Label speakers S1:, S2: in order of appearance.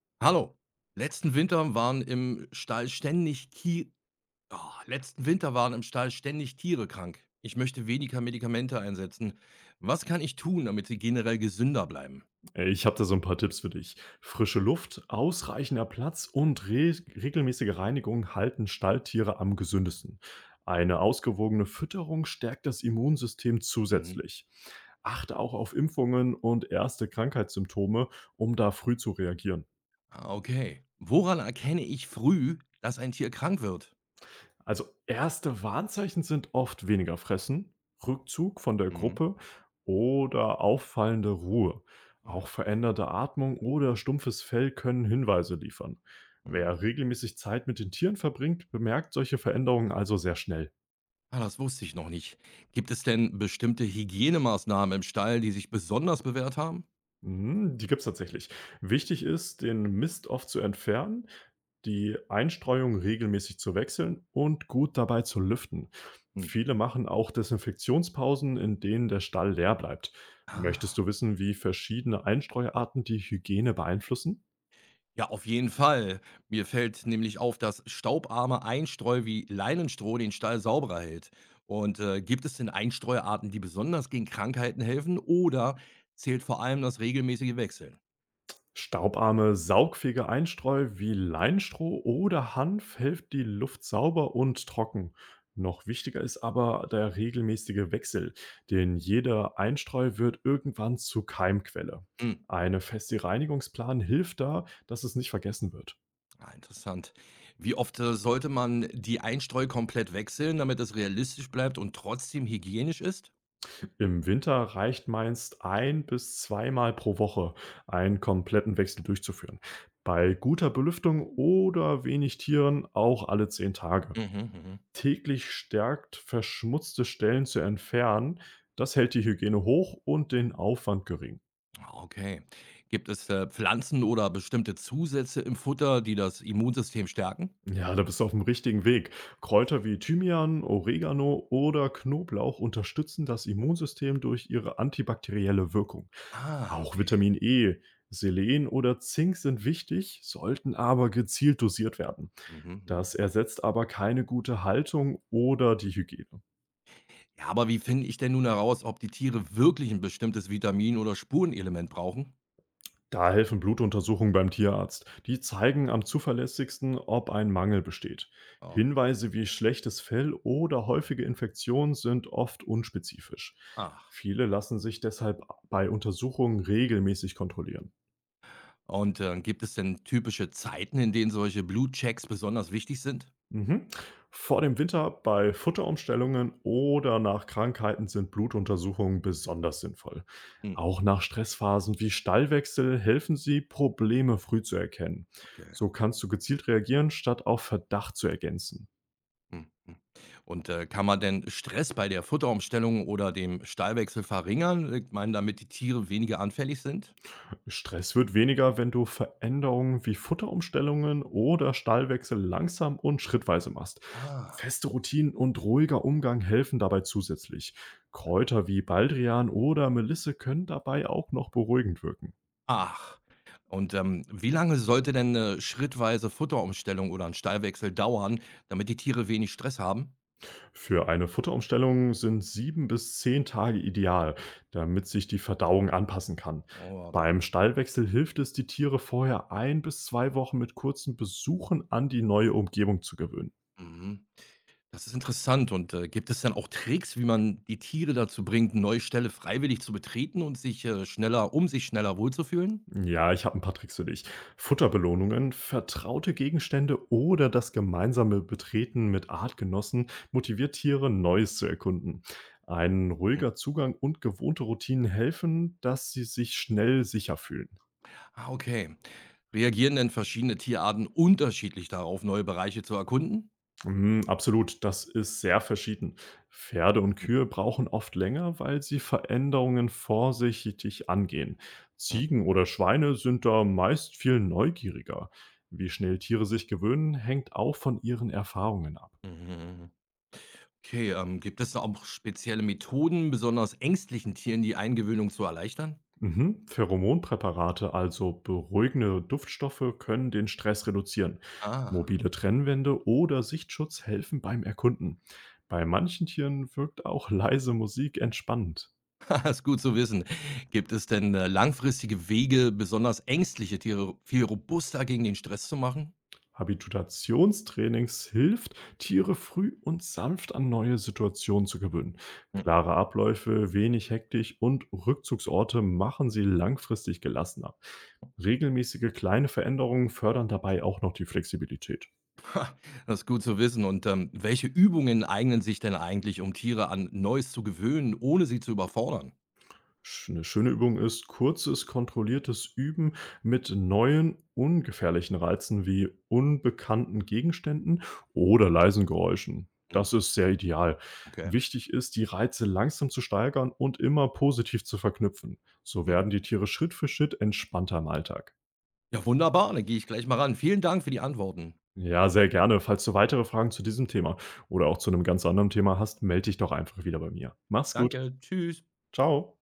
S1: Hallo. Letzten Winter waren im Stall ständig letzten Winter waren im Stall ständig Tiere krank. Ich möchte weniger Medikamente einsetzen. Was kann ich tun, damit sie generell gesünder bleiben?
S2: Ey, ich habe da so ein paar Tipps für dich. Frische Luft, ausreichender Platz und re regelmäßige Reinigung halten Stalltiere am gesündesten. Eine ausgewogene Fütterung stärkt das Immunsystem
S1: Mhm.
S2: zusätzlich. Achte auch auf Impfungen und erste Krankheitssymptome, um da früh zu reagieren.
S1: Okay. Woran erkenne ich früh, dass ein Tier krank wird?
S2: Also, erste Warnzeichen sind oft weniger Fressen, Rückzug von der
S1: Mhm.
S2: Gruppe oder auffallende Ruhe. Auch
S1: Ah,
S2: veränderte Atmung oder stumpfes Fell können Hinweise liefern.
S1: mhm.
S2: Wer regelmäßig Zeit mit den Tieren verbringt, bemerkt solche Veränderungen also sehr schnell.
S1: Das wusste ich noch nicht. Gibt es denn bestimmte Hygienemaßnahmen im Stall, die sich besonders bewährt haben?
S2: Mhm, die gibt's tatsächlich. Wichtig ist, den Mist oft zu entfernen, die Einstreuung regelmäßig zu wechseln und gut dabei zu lüften.
S1: Mhm.
S2: Viele machen auch Desinfektionspausen, in denen der Stall leer bleibt. Möchtest
S1: Ah.
S2: du wissen, wie verschiedene Einstreuarten die Hygiene beeinflussen?
S1: Ja, auf jeden Fall. Mir fällt nämlich auf, dass staubarme Einstreu wie Leinenstroh den Stall sauberer hält. Und gibt es denn Einstreuarten, die besonders gegen Krankheiten helfen oder zählt vor allem das regelmäßige Wechseln?
S2: Staubarme, saugfähige Einstreu wie Leinstroh oder Hanf hilft die Luft sauber und trocken. Noch wichtiger ist aber der regelmäßige Wechsel, denn jeder Einstreu wird irgendwann zur Keimquelle.
S1: Hm.
S2: Eine feste Reinigungsplan hilft da, dass es nicht vergessen wird.
S1: Interessant. Wie oft sollte man die Einstreu komplett wechseln, damit es realistisch bleibt und trotzdem hygienisch ist?
S2: Im Winter reicht meist ein bis zweimal pro Woche einen kompletten Wechsel durchzuführen. Bei guter Belüftung oder wenig Tieren auch alle zehn Tage.
S1: Mhm, mhm.
S2: Täglich stärkt, verschmutzte Stellen zu entfernen. Das hält die Hygiene hoch und den Aufwand gering.
S1: Okay. Gibt es Pflanzen oder bestimmte Zusätze im Futter, die das Immunsystem stärken?
S2: Ja, da bist du auf dem richtigen Weg. Kräuter wie Thymian, Oregano oder Knoblauch unterstützen das Immunsystem durch ihre antibakterielle Wirkung. Auch
S1: Okay.
S2: Vitamin E, Selen oder Zink sind wichtig, sollten aber gezielt dosiert werden.
S1: Mhm, mhm.
S2: Das ersetzt aber keine gute Haltung oder die Hygiene.
S1: Ja, aber wie finde ich denn nun heraus, ob die Tiere wirklich ein bestimmtes Vitamin oder Spurenelement brauchen?
S2: Da helfen Blutuntersuchungen beim Tierarzt. Die zeigen am zuverlässigsten, ob ein Mangel besteht.
S1: Oh,
S2: Hinweise wie schlechtes Fell oder häufige Infektionen sind oft unspezifisch.
S1: ach.
S2: Viele lassen sich deshalb bei Untersuchungen regelmäßig kontrollieren.
S1: Und, gibt es denn typische Zeiten, in denen solche Blutchecks besonders wichtig sind?
S2: Mhm. Vor dem Winter bei Futterumstellungen oder nach Krankheiten sind Blutuntersuchungen besonders sinnvoll.
S1: Hm.
S2: Auch nach Stressphasen wie Stallwechsel helfen sie, Probleme früh zu erkennen.
S1: Okay.
S2: So kannst du gezielt reagieren, statt auf Verdacht zu ergänzen.
S1: Mhm, mhm. Und, kann man denn Stress bei der Futterumstellung oder dem Stallwechsel verringern? Ich meine, damit die Tiere weniger anfällig sind?
S2: Stress wird weniger, wenn du Veränderungen wie Futterumstellungen oder Stallwechsel langsam und schrittweise machst.
S1: Ah.
S2: Feste Routinen und ruhiger Umgang helfen dabei zusätzlich. Kräuter wie Baldrian oder Melisse können dabei auch noch beruhigend wirken.
S1: Ach, und, wie lange sollte denn 'ne schrittweise Futterumstellung oder ein Stallwechsel dauern, damit die Tiere wenig Stress haben?
S2: Für eine Futterumstellung sind sieben bis zehn Tage ideal, damit sich die Verdauung anpassen kann.
S1: Oh, warte.
S2: Beim Stallwechsel hilft es, die Tiere vorher ein bis zwei Wochen mit kurzen Besuchen an die neue Umgebung zu gewöhnen.
S1: Mhm. Das ist interessant, und, gibt es dann auch Tricks, wie man die Tiere dazu bringt, 'ne neue Stelle freiwillig zu betreten und sich schneller wohlzufühlen?
S2: Ja, ich habe ein paar Tricks für dich. Futterbelohnungen, vertraute Gegenstände oder das gemeinsame Betreten mit Artgenossen motiviert Tiere, Neues zu erkunden. Ein
S1: Hm,
S2: ruhiger Zugang und gewohnte Routinen helfen, dass sie sich schnell sicher fühlen.
S1: okay. Reagieren denn verschiedene Tierarten unterschiedlich darauf, neue Bereiche zu erkunden?
S2: Mhm, absolut, das ist sehr verschieden. Pferde und
S1: Hm,
S2: Kühe brauchen oft länger, weil sie Veränderungen vorsichtig angehen. Ziegen oder Schweine sind da meist viel neugieriger. Wie schnell Tiere sich gewöhnen, hängt auch von ihren Erfahrungen ab.
S1: hm, mhm. Okay, gibt es da auch spezielle Methoden, besonders ängstlichen Tieren die Eingewöhnung zu erleichtern?
S2: Mhm. Pheromonpräparate, also beruhigende Duftstoffe, können den Stress reduzieren.
S1: Ah,
S2: Mobile Trennwände oder Sichtschutz helfen beim Erkunden. Bei manchen Tieren wirkt auch leise Musik entspannend.
S1: ist gut zu wissen. Gibt es denn, langfristige Wege, besonders ängstliche Tiere viel robuster gegen den Stress zu machen?
S2: Habituationstrainings hilft, Tiere früh und sanft an neue Situationen zu gewöhnen. Klare Abläufe, wenig Hektik und Rückzugsorte machen sie langfristig gelassener. Regelmäßige kleine Veränderungen fördern dabei auch noch die Flexibilität.
S1: Ha, das ist gut zu wissen. Und welche Übungen eignen sich denn eigentlich, um Tiere an Neues zu gewöhnen, ohne sie zu überfordern?
S2: Sch 'ne schöne Übung ist kurzes, kontrolliertes Üben mit neuen, ungefährlichen Reizen wie unbekannten Gegenständen oder leisen Geräuschen.
S1: Hm,
S2: Das ist sehr ideal.
S1: okay.
S2: Wichtig ist, die Reize langsam zu steigern und immer positiv zu verknüpfen. So
S1: Hm.
S2: werden die Tiere Schritt für Schritt entspannter im Alltag.
S1: Ja, wunderbar. Dann gehe ich gleich mal ran. Vielen Dank für die Antworten.
S2: Ja, sehr gerne. Falls du weitere Fragen zu diesem Thema oder auch zu einem ganz anderen Thema hast, melde dich doch einfach wieder bei mir. Mach's gut.
S1: Danke. Tschüss.
S2: Ciao.